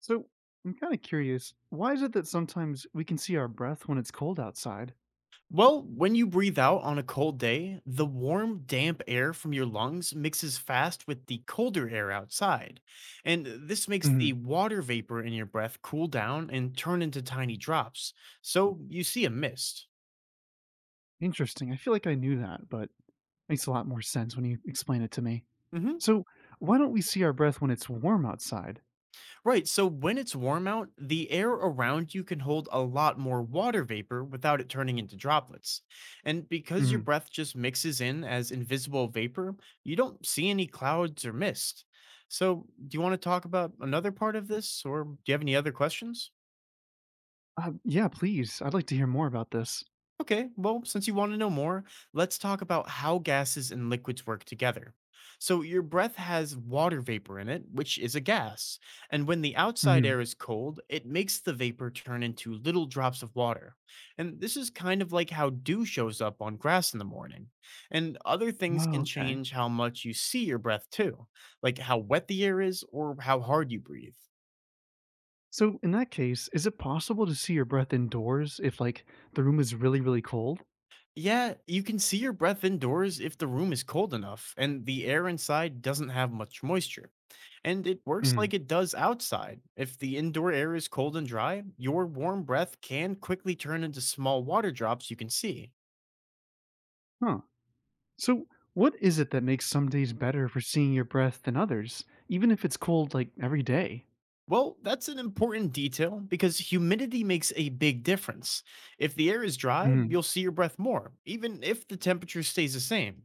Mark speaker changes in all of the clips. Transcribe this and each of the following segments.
Speaker 1: So I'm kind of curious, why is it that sometimes we can see our breath when it's cold outside?
Speaker 2: Well, when you breathe out on a cold day, the warm, damp air from your lungs mixes fast with the colder air outside. And this makes
Speaker 1: Hmm.
Speaker 2: the water vapor in your breath cool down and turn into tiny drops. So you see a mist.
Speaker 1: Interesting. I feel like I knew that, but makes a lot more sense when you explain it to me.
Speaker 2: Mhm.
Speaker 1: So why don't we see our breath when it's warm outside?
Speaker 2: Right, so when it's warm out, the air around you can hold a lot more water vapor without it turning into droplets. And because your
Speaker 1: Hmm.
Speaker 2: breath just mixes in as invisible vapor, you don't see any clouds or mist. So, do you want to talk about another part of this, or do you have any other questions?
Speaker 1: Yeah, please. I'd like to hear more about this.
Speaker 2: Okay, well, since you want to know more, let's talk about how gases and liquids work together. So, your breath has water vapor in it, which is a gas. And when the outside air
Speaker 1: Hmm.
Speaker 2: is cold, it makes the vapor turn into little drops of water. And this is kind of like how dew shows up on grass in the morning. And other things
Speaker 1: Oh,
Speaker 2: can
Speaker 1: okay.
Speaker 2: change how much you see your breath, too, like how wet the air is or how hard you breathe.
Speaker 1: So in that case, is it possible to see your breath indoors if like the room is really, really cold?
Speaker 2: Yeah, you can see your breath indoors if the room is cold enough and the air inside doesn't have much moisture. And it works like
Speaker 1: Hmm.
Speaker 2: it does outside. If the indoor air is cold and dry, your warm breath can quickly turn into small water drops you can see.
Speaker 1: Huh. So, what is it that makes some days better for seeing your breath than others, even if it's cold like every day?
Speaker 2: Well, that's an important detail because humidity makes a big difference. If the air is dry,
Speaker 1: Mm,
Speaker 2: you'll see your breath more, even if the temperature stays the same.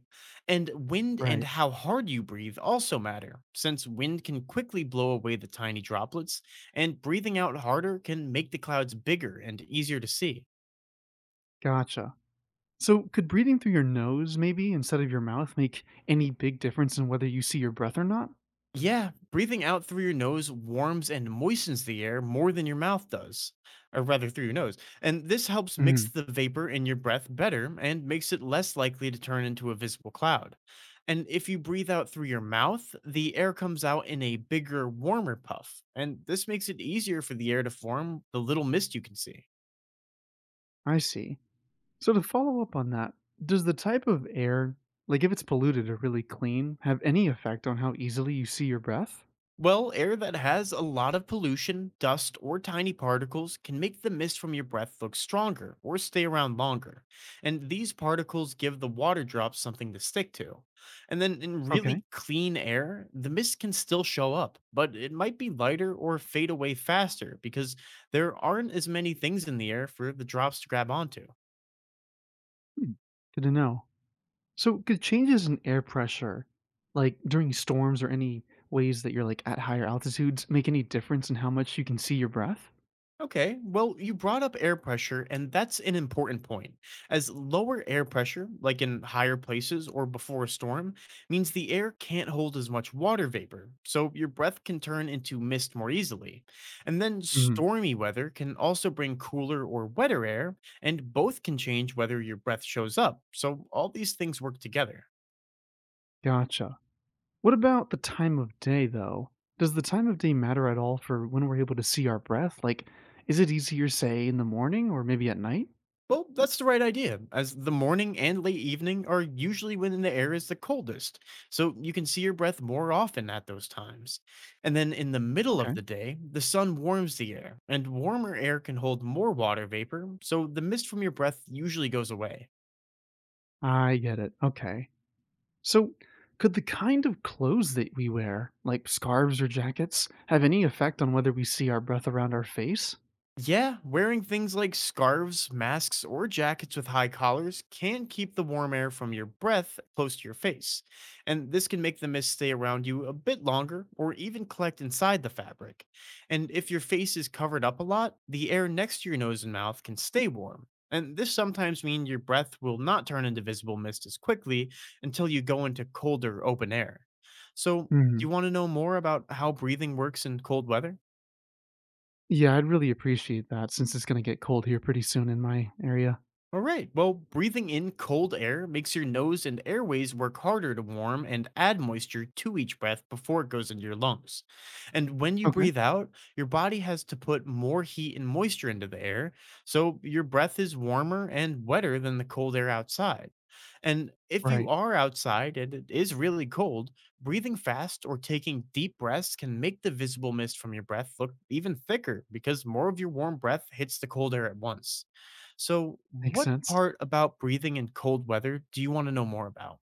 Speaker 2: And wind and
Speaker 1: right.
Speaker 2: how hard you breathe also matter, since wind can quickly blow away the tiny droplets, and breathing out harder can make the clouds bigger and easier to see.
Speaker 1: Gotcha. So, could breathing through your nose, maybe, instead of your mouth, make any big difference in whether you see your breath or not?
Speaker 2: Yeah, breathing out through your nose warms and moistens the air more than your mouth does, or rather through your nose. And this helps mix
Speaker 1: Mm,
Speaker 2: the vapor in your breath better and makes it less likely to turn into a visible cloud. And if you breathe out through your mouth, the air comes out in a bigger, warmer puff. And this makes it easier for the air to form the little mist you can see.
Speaker 1: I see. So, to follow up on that, does the type of air, like if it's polluted or really clean, have any effect on how easily you see your breath?
Speaker 2: Well, air that has a lot of pollution, dust, or tiny particles can make the mist from your breath look stronger or stay around longer. And these particles give the water drops something to stick to. And then in
Speaker 1: Okay.
Speaker 2: really clean air, the mist can still show up, but it might be lighter or fade away faster because there aren't as many things in the air for the drops to grab onto.
Speaker 1: Hmm. Good to know. So could changes in air pressure, like during storms or any ways that you're like at higher altitudes, make any difference in how much you can see your breath?
Speaker 2: Okay, well, you brought up air pressure, and that's an important point, as lower air pressure, like in higher places or before a storm, means the air can't hold as much water vapor, so your breath can turn into mist more easily. And then
Speaker 1: Hmm.
Speaker 2: stormy weather can also bring cooler or wetter air, and both can change whether your breath shows up, so all these things work together.
Speaker 1: Gotcha. What about the time of day though? Does the time of day matter at all for when we're able to see our breath? Like, is it easier, say, in the morning or maybe at night?
Speaker 2: Well, that's the right idea, as the morning and late evening are usually when the air is the coldest, so you can see your breath more often at those times. And then in the middle of
Speaker 1: Okay.
Speaker 2: the day, the sun warms the air, and warmer air can hold more water vapor, so the mist from your breath usually goes away.
Speaker 1: I get it. Okay. So could the kind of clothes that we wear, like scarves or jackets, have any effect on whether we see our breath around our face?
Speaker 2: Yeah, wearing things like scarves, masks, or jackets with high collars can keep the warm air from your breath close to your face, and this can make the mist stay around you a bit longer or even collect inside the fabric. And if your face is covered up a lot, the air next to your nose and mouth can stay warm. And this sometimes means your breath will not turn into visible mist as quickly until you go into colder open air. So, do you want to know more about how breathing works in cold weather?
Speaker 1: Yeah, I'd really appreciate that since it's gonna get cold here pretty soon in my area.
Speaker 2: All right. Well, breathing in cold air makes your nose and airways work harder to warm and add moisture to each breath before it goes into your lungs. And when you
Speaker 1: Okay.
Speaker 2: breathe out, your body has to put more heat and moisture into the air, so your breath is warmer and wetter than the cold air outside. And if you
Speaker 1: Right.
Speaker 2: are outside and it is really cold, breathing fast or taking deep breaths can make the visible mist from your breath look even thicker because more of your warm breath hits the cold air at once. So,
Speaker 1: Makes
Speaker 2: what
Speaker 1: sense.
Speaker 2: part about breathing in cold weather do you want to know more about?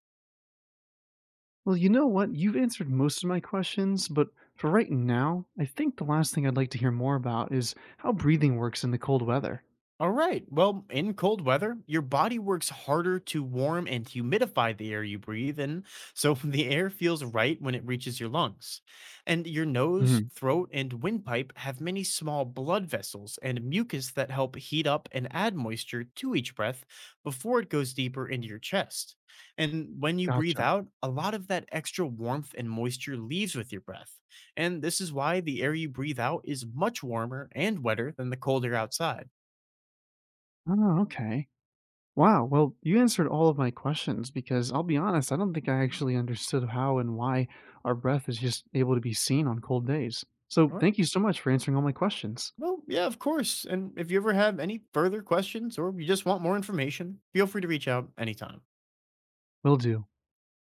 Speaker 1: Well, you know what? You've answered most of my questions, but for right now, I think the last thing I'd like to hear more about is how breathing works in the cold weather.
Speaker 2: All right. Well, in cold weather, your body works harder to warm and humidify the air you breathe in, so the air feels right when it reaches your lungs. And your nose,
Speaker 1: Hmm.
Speaker 2: throat, and windpipe have many small blood vessels and mucus that help heat up and add moisture to each breath before it goes deeper into your chest. And when you breathe
Speaker 1: Gotcha.
Speaker 2: out, a lot of that extra warmth and moisture leaves with your breath. And this is why the air you breathe out is much warmer and wetter than the cold air outside.
Speaker 1: Oh, okay. Wow. Well, you answered all of my questions because I'll be honest, I don't think I actually understood how and why our breath is just able to be seen on cold days. So
Speaker 2: Right.
Speaker 1: thank you so much for answering all my questions.
Speaker 2: Well, yeah, of course. And if you ever have any further questions or you just want more information, feel free to reach out anytime.
Speaker 1: Will do.